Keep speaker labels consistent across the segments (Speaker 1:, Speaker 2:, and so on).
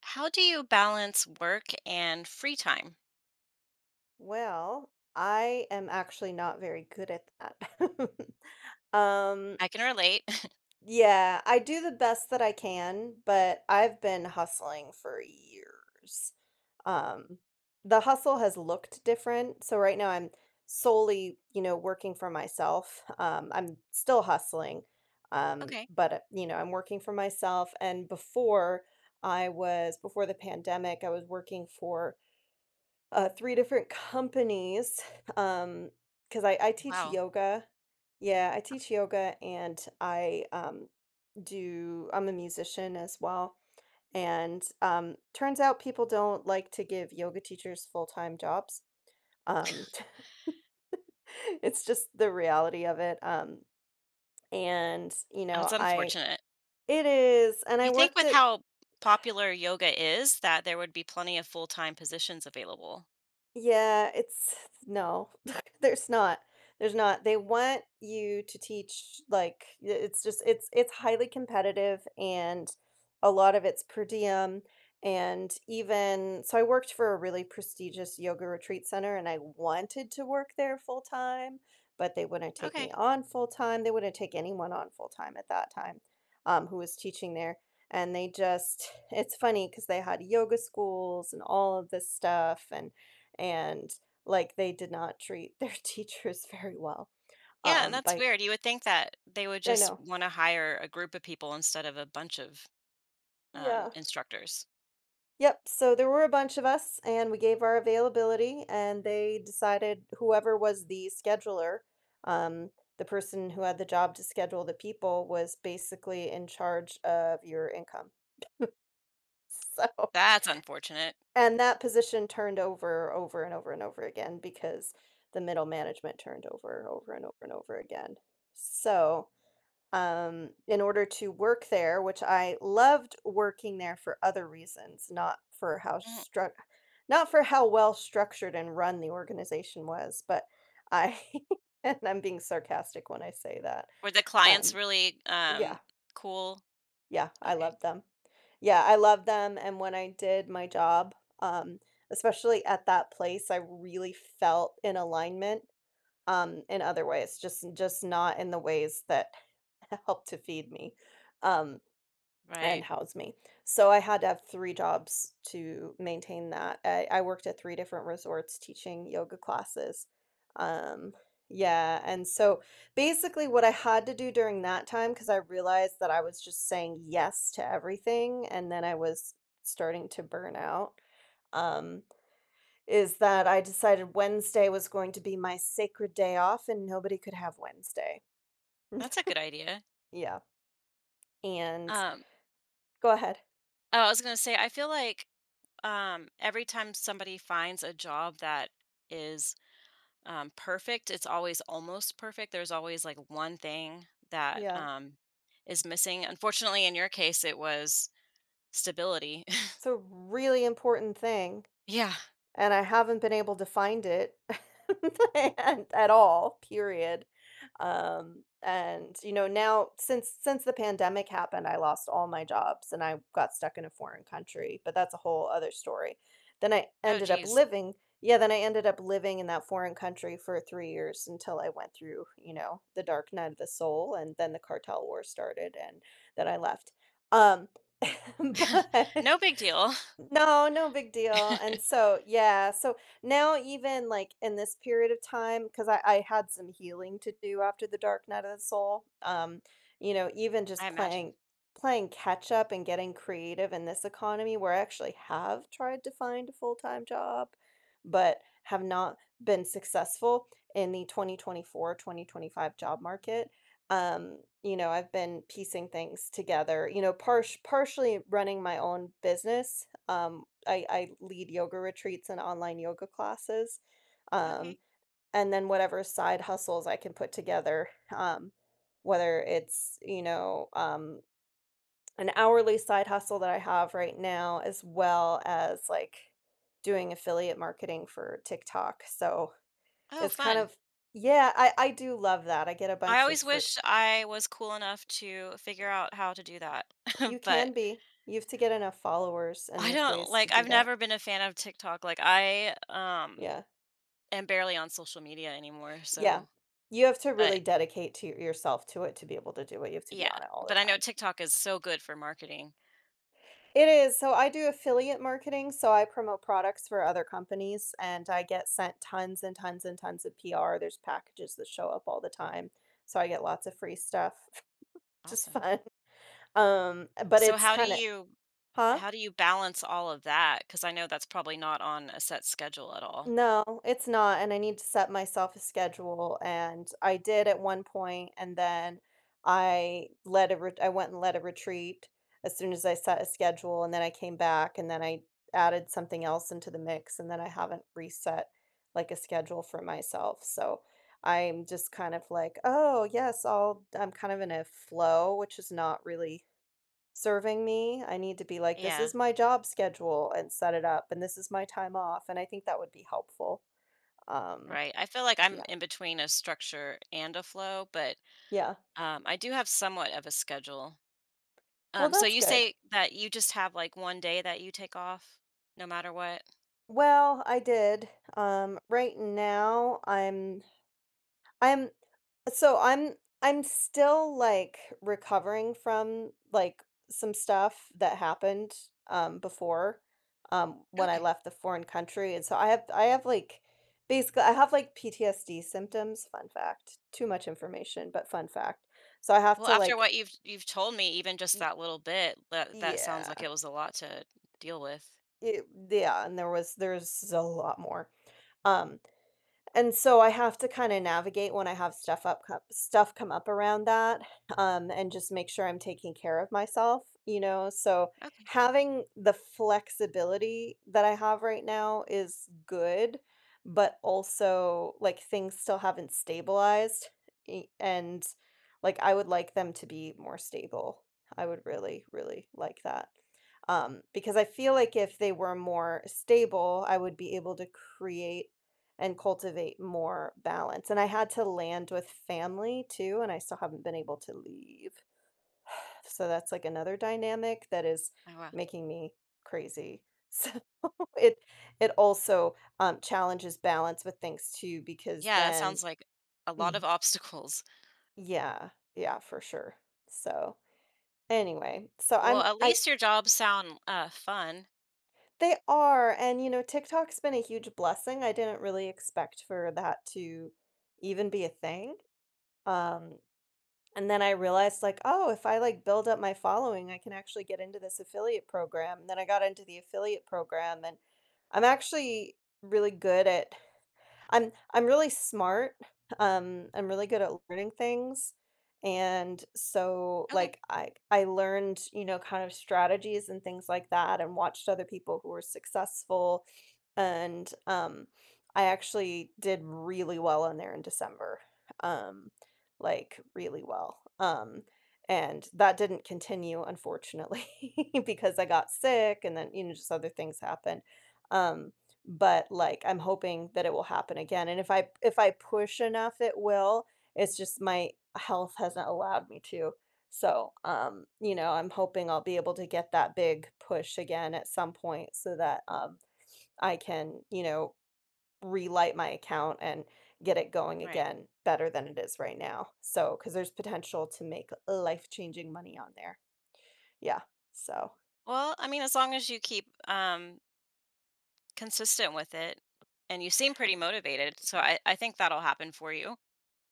Speaker 1: How do you balance work and free time?
Speaker 2: Well, I am actually not very good at that. Um,
Speaker 1: I can relate.
Speaker 2: yeah, I do the best that I can, but I've been hustling for years. Um, the hustle has looked different. So right now I'm solely, you know, working for myself. I'm still hustling.
Speaker 1: Okay.
Speaker 2: But You know, I'm working for myself and before the pandemic, I was working for 3 different companies. Um, because I teach
Speaker 1: Wow.
Speaker 2: yoga. Yeah, I teach yoga and I'm a musician as well, and, turns out people don't like to give yoga teachers full-time jobs. Um, it's just the reality of it, and, you know,
Speaker 1: That's
Speaker 2: I
Speaker 1: unfortunate.
Speaker 2: it is, and I
Speaker 1: You think
Speaker 2: worked
Speaker 1: with
Speaker 2: at
Speaker 1: how popular yoga is that there would be plenty of full-time positions available.
Speaker 2: yeah, it's no. There's not. There's not. They want you to teach like I it's just it's highly competitive, and a lot of it's per diem. And even so, I worked for a really prestigious yoga retreat center and I wanted to work there full time, but they wouldn't take
Speaker 1: Okay.
Speaker 2: me on full time. They wouldn't take anyone on full time at that time, who was teaching there. And they just, it's funny because they had yoga schools and all of this stuff, and like they did not treat their teachers very well.
Speaker 1: Yeah, and that's
Speaker 2: By
Speaker 1: weird. You would think that they would
Speaker 2: I
Speaker 1: just
Speaker 2: know,
Speaker 1: want to hire a group of people instead of a bunch of
Speaker 2: yeah,
Speaker 1: instructors.
Speaker 2: yep. So there were a bunch of us, and we gave our availability, and they decided whoever was the scheduler, um, the person who had the job to schedule the people, was basically in charge of your income. So,
Speaker 1: That's unfortunate.
Speaker 2: and that position turned over, over and over and over again because the middle management turned over, over and over and over again. So, in order to work there, which I loved working there for other reasons, not for how
Speaker 1: Mhm.
Speaker 2: struck, not for how well structured and run the organization was, but I, and I'm being sarcastic when I say that.
Speaker 1: Were the clients
Speaker 2: Um,
Speaker 1: really
Speaker 2: yeah,
Speaker 1: cool?
Speaker 2: yeah, I
Speaker 1: Okay.
Speaker 2: loved them. Yeah, I loved them. And when I did my job, um, especially at that place, I really felt in alignment in other ways, just not in the ways that helped to feed me. Um, and
Speaker 1: Right.
Speaker 2: house me. So I had to have 3 jobs to maintain that. I worked at 3 different resorts teaching yoga classes. Um, yeah, and so basically what I had to do during that time, because I realized that I was just saying yes to everything and then I was starting to burn out, um, is that I decided Wednesday was going to be my sacred day off and nobody could have Wednesday.
Speaker 1: That's a good idea.
Speaker 2: Yeah, and
Speaker 1: Um,
Speaker 2: Go ahead.
Speaker 1: oh, I was gonna say, I feel like every time somebody finds a job that is perfect, it's always almost perfect. There's always like one thing that
Speaker 2: Yeah.
Speaker 1: is missing. Unfortunately, in your case, it was stability.
Speaker 2: It's a really important thing,
Speaker 1: Yeah.
Speaker 2: and I haven't been able to find it and at all, period. And you know, now since the pandemic happened, I lost all my jobs and I got stuck in a foreign country, but that's a whole other story. Then I
Speaker 1: Oh,
Speaker 2: ended up
Speaker 1: geez.
Speaker 2: living, Yeah, then I ended up living in that foreign country for 3 years until I went through, you know, the dark night of the soul, and then the cartel war started, and then I left. Um, but
Speaker 1: No big deal,
Speaker 2: no, no big deal. And so, yeah, so now even like in this period of time, because I had some healing to do after the Dark Night of the Soul. You know, even just
Speaker 1: I imagine.
Speaker 2: playing catch up and getting creative in this economy where I actually have tried to find a full-time job, but have not been successful in the 2024 2025 job market. You know, I've been piecing things together, you know, parsh partially running my own business. I lead yoga retreats and online yoga classes, um
Speaker 1: Okay.
Speaker 2: and then whatever side hustles I can put together, um whether it's, you know, um, an hourly side hustle that I have right now, as well as like doing affiliate marketing for TikTok. So
Speaker 1: Oh,
Speaker 2: it's kind
Speaker 1: fun.
Speaker 2: of yeah, I do love that. I get a
Speaker 1: I
Speaker 2: bunch of
Speaker 1: always
Speaker 2: free
Speaker 1: wish I was cool enough to figure out how to do that.
Speaker 2: You can
Speaker 1: But
Speaker 2: be. You have to get enough followers, and
Speaker 1: I
Speaker 2: there's
Speaker 1: don't
Speaker 2: ways to
Speaker 1: like
Speaker 2: do
Speaker 1: I've
Speaker 2: that.
Speaker 1: never been a fan of TikTok. Like I
Speaker 2: Yeah.
Speaker 1: am barely on social media anymore,
Speaker 2: Yeah.
Speaker 1: so.
Speaker 2: You have to really
Speaker 1: But
Speaker 2: dedicate to yourself to it to be able to do it. You have to be
Speaker 1: yeah,
Speaker 2: on it all the
Speaker 1: but I know
Speaker 2: time.
Speaker 1: TikTok is so good for marketing.
Speaker 2: It is. So I do affiliate marketing. So I promote products for other companies, and I get sent tons and tons and tons of PR. There's packages that show up all the time. So I get lots of free stuff. Just
Speaker 1: Awesome.
Speaker 2: fun. But
Speaker 1: So
Speaker 2: it's kind of, huh?
Speaker 1: how do you balance all of that? Because I know that's probably not on a set schedule at all.
Speaker 2: No, it's not, and I need to set myself a schedule, and I did at one point, and then I went and led a retreat as soon as I set a schedule, and then I came back, and then I added something else into the mix, and then I haven't reset, like, a schedule for myself, so I'm just kind of like, "Oh, yes, I'll" I'm kind of in a flow, which is not really serving me. I need to be like, this
Speaker 1: Yeah,
Speaker 2: is my job schedule and set it up, and this is my time off. And I think that would be helpful. Um,
Speaker 1: right. I feel like I'm
Speaker 2: yeah.
Speaker 1: in between a structure and a flow, but
Speaker 2: Yeah.
Speaker 1: I do have somewhat of a schedule.
Speaker 2: Well,
Speaker 1: So
Speaker 2: that's
Speaker 1: you
Speaker 2: good.
Speaker 1: say that you just have like one day that you take off, no matter what.
Speaker 2: Well, I did. Right now, I'm so I'm still, like, recovering from, like, some stuff that happened, before, when I
Speaker 1: Okay.
Speaker 2: left the foreign country, and so I have, like basically, I have, like, PTSD symptoms, fun fact, too much information, but fun fact. So I have
Speaker 1: Well,
Speaker 2: to,
Speaker 1: after
Speaker 2: like
Speaker 1: what you've told me, even just
Speaker 2: y
Speaker 1: that little bit, that that sounds like
Speaker 2: yeah,
Speaker 1: it was a lot to deal with.
Speaker 2: it yeah, and there's a lot more, um. And so I have to kinda navigate when I have stuff come up around that, and just make sure I'm taking care of myself, you know? So,
Speaker 1: Okay.
Speaker 2: having the flexibility that I have right now is good, but also, like, things still haven't stabilized, e and, like, I would like them to be more stable. I would really, really like that. Because I feel like if they were more stable, I would be able to create and cultivate more balance. And I had to land with family too, and I still haven't been able to leave. So that's like another dynamic that is
Speaker 1: Oh, wow.
Speaker 2: making me crazy. So it it also challenges balance with things too, because
Speaker 1: Yeah, that
Speaker 2: then
Speaker 1: sounds like a lot of
Speaker 2: mm,
Speaker 1: obstacles.
Speaker 2: yeah, yeah, for sure. So anyway, so
Speaker 1: Well, at
Speaker 2: I
Speaker 1: least your jobs sound fun.
Speaker 2: they are, and you know, TikTok's been a huge blessing. I didn't really expect for that to even be a thing. Um, And then I realized like, "Oh, if I, like, build up my following, I can actually get into this affiliate program." And then I got into the affiliate program, and I'm actually really good at I'm really smart. I'm really good at learning things. And so
Speaker 1: Okay.
Speaker 2: like I learned, you know, kind of strategies and things like that and watched other people who were successful, and um, I actually did really well on there in December. Um, like really well. And that didn't continue unfortunately because I got sick, and then, you know, just other things happened. Um but, like, I'm hoping that it will happen again, and if I push enough, it will. It's just my health hasn't allowed me to. So, you know, I'm hoping I'll be able to get that big push again at some point so that, I can, you know, relight my account and get it going
Speaker 1: Right.
Speaker 2: again better than it is right now. So because there's potential to make life-changing money on there. Yeah, so
Speaker 1: Well, I mean, as long as you keep consistent with it and you seem pretty motivated, so I think that'll happen for you.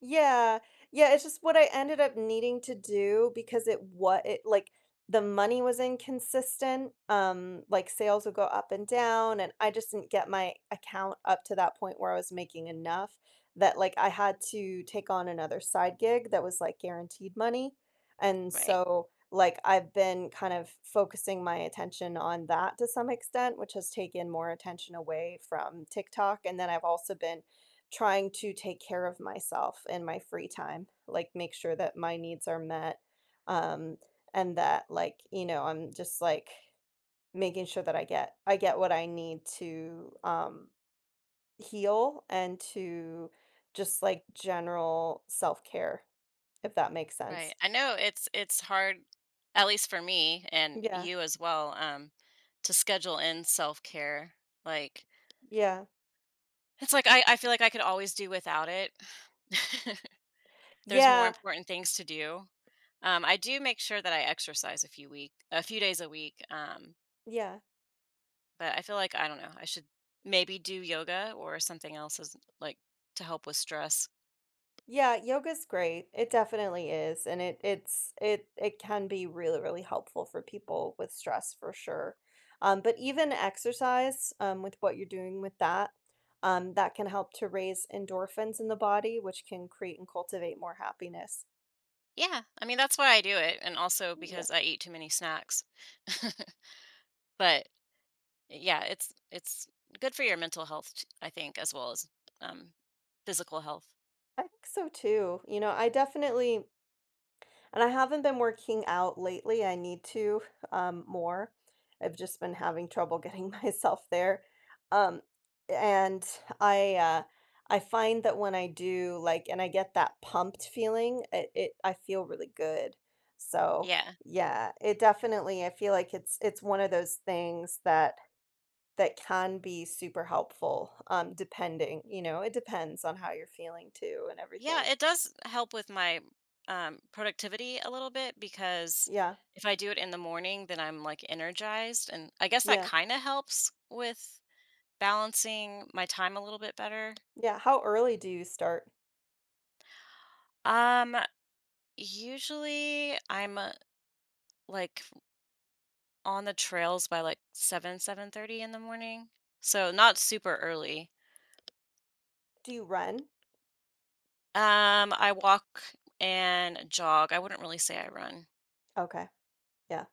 Speaker 2: Yeah. Yeah, it's just what I ended up needing to do because it what it like the money was inconsistent. Like sales would go up and down, and I just didn't get my account up to that point where I was making enough that like I had to take on another side gig that was like guaranteed money. And
Speaker 1: Right.
Speaker 2: so like I've been kind of focusing my attention on that to some extent, which has taken more attention away from TikTok. And then I've also been trying to take care of myself in my free time, like, make sure that my needs are met, um, and that, like, you know, I'm just, like, making sure that I get what I need to, heal and to just, like, general self-care, if that makes sense.
Speaker 1: Right. I know it's hard, at least for me and
Speaker 2: Yeah,
Speaker 1: you as well, to schedule in self care. Like
Speaker 2: yeah.
Speaker 1: it's like I feel like I could always do without it. There's more
Speaker 2: Yeah,
Speaker 1: important things to do. I do make sure that I exercise a few days a week.
Speaker 2: yeah.
Speaker 1: But I feel like I don't know. I should maybe do yoga or something else as like to help with stress.
Speaker 2: Yeah, yoga's great. It definitely is, and it it can be really, really helpful for people with stress for sure. But even exercise, with what you're doing with that, that can help to raise endorphins in the body, which can create and cultivate more happiness.
Speaker 1: Yeah, I mean that's why I do it, and also
Speaker 2: Yeah,
Speaker 1: because I eat too many snacks. But yeah, it's good for your mental health, I think, as well as um, physical health.
Speaker 2: I think so too. You know, I definitely And I haven't been working out lately. I need to more. I've just been having trouble getting myself there. Um, and I uh, I find that when I do like and I get that pumped feeling, it I feel really good. So
Speaker 1: Yeah.
Speaker 2: yeah, it definitely I feel like it's one of those things that that can be super helpful, depending, you know, it depends on how you're feeling too and
Speaker 1: Yeah,
Speaker 2: everything.
Speaker 1: it does help with my productivity a little bit because
Speaker 2: Yeah,
Speaker 1: if I do it in the morning, then I'm like energized. And I guess that
Speaker 2: yeah,
Speaker 1: kind of helps with balancing my time a little bit better.
Speaker 2: yeah. How early do you start?
Speaker 1: Um, usually I'm like on the trails by like 7, 7:30 in the morning. So not super early.
Speaker 2: Do you run?
Speaker 1: I walk and jog. I wouldn't really say I run.
Speaker 2: Okay, yeah.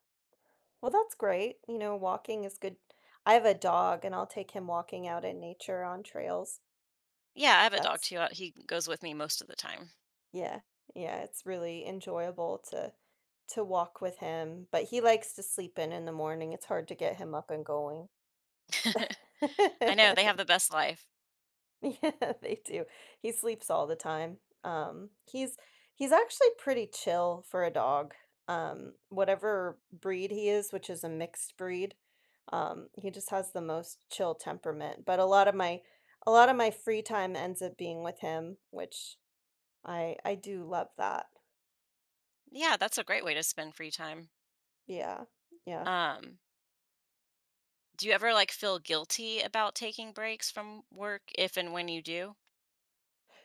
Speaker 2: Well, that's great. You know, walking is good. I have a dog and I'll take him walking out in nature on trails.
Speaker 1: Yeah, I have a dog
Speaker 2: That's
Speaker 1: too. He goes with me most of the time.
Speaker 2: yeah. Yeah, it's really enjoyable to walk with him, but he likes to sleep in the morning. It's hard to get him up and going.
Speaker 1: I know, they have the best life.
Speaker 2: Yeah, they do. He sleeps all the time. Um, he's he's actually pretty chill for a dog. Whatever breed he is, which is a mixed breed, he just has the most chill temperament. But a lot of my free time ends up being with him, which I do love that.
Speaker 1: Yeah, that's a great way to spend free time.
Speaker 2: Yeah. Yeah.
Speaker 1: Um, do you ever, like, feel guilty about taking breaks from work if and when you do?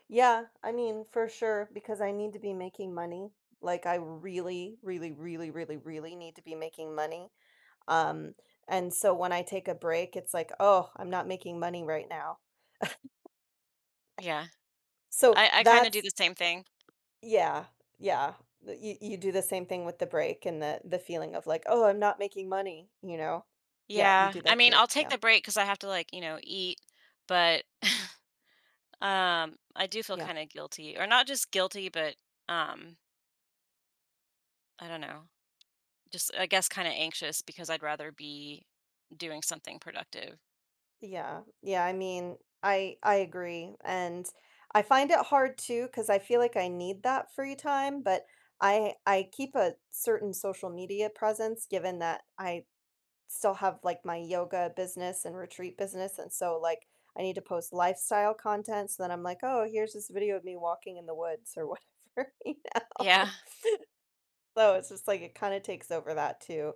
Speaker 2: Yeah, I mean, for sure, because I need to be making money. Like I really, really, really, really, really need to be making money. Um, and so when I take a break, it's like, "Oh, I'm not making money right now."
Speaker 1: Yeah.
Speaker 2: So
Speaker 1: I kinda do
Speaker 2: that's
Speaker 1: the same thing.
Speaker 2: yeah, yeah. Th- You do the same thing with the break and the feeling of like, "Oh, I'm not making money," you know? Yeah, you
Speaker 1: Yeah.
Speaker 2: do
Speaker 1: I
Speaker 2: that
Speaker 1: mean,
Speaker 2: too.
Speaker 1: I'll take
Speaker 2: Yeah.
Speaker 1: the break because I have to, like, you know, eat, but, I do feel
Speaker 2: Yeah.
Speaker 1: kinda guilty, or not just guilty, but, um, I don't know, just, I guess, kinda anxious because I'd rather be doing something productive.
Speaker 2: Yeah. Yeah, I mean, I agree, and I find it hard too because I feel like I need that free time, but I keep a certain social media presence given that I still have like my yoga business and retreat business, and so like I need to post lifestyle content, so then I'm like, "Oh, here's this video of me walking in the woods or whatever," you
Speaker 1: Yeah.
Speaker 2: know? So it's just like it kind of takes over that too.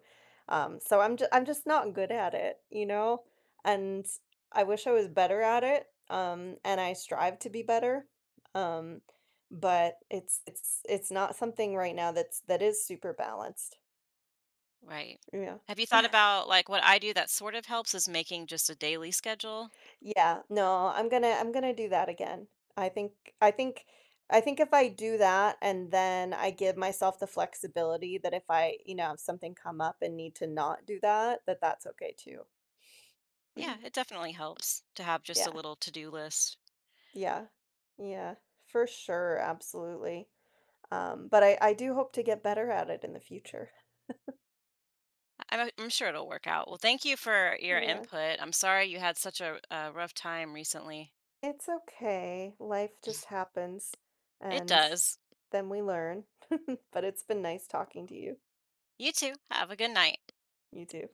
Speaker 2: So I'm just not good at it, you know? And I wish I was better at it. And I strive to be better. Um, but it's it's not something right now that is super balanced.
Speaker 1: Right.
Speaker 2: Yeah.
Speaker 1: Have you thought about like what I do that sort of helps is making just a daily schedule?
Speaker 2: Yeah, no, I'm gonna do that again. I think I think I think if I do that and then I give myself the flexibility that if I, you know, have something come up and need to not do that, that that's okay too.
Speaker 1: Yeah, it definitely helps to have just a
Speaker 2: Yeah.
Speaker 1: little to-do list.
Speaker 2: Yeah. Yeah. For sure, absolutely. But I do hope to get better at it in the future.
Speaker 1: I'm sure it'll work out. Well, thank you for your
Speaker 2: Yeah.
Speaker 1: input. I'm sorry you had such a rough time recently.
Speaker 2: It's okay. Life just happens
Speaker 1: It
Speaker 2: and
Speaker 1: does.
Speaker 2: then we learn. But it's been nice talking to you.
Speaker 1: You too. Have a good night.
Speaker 2: You too.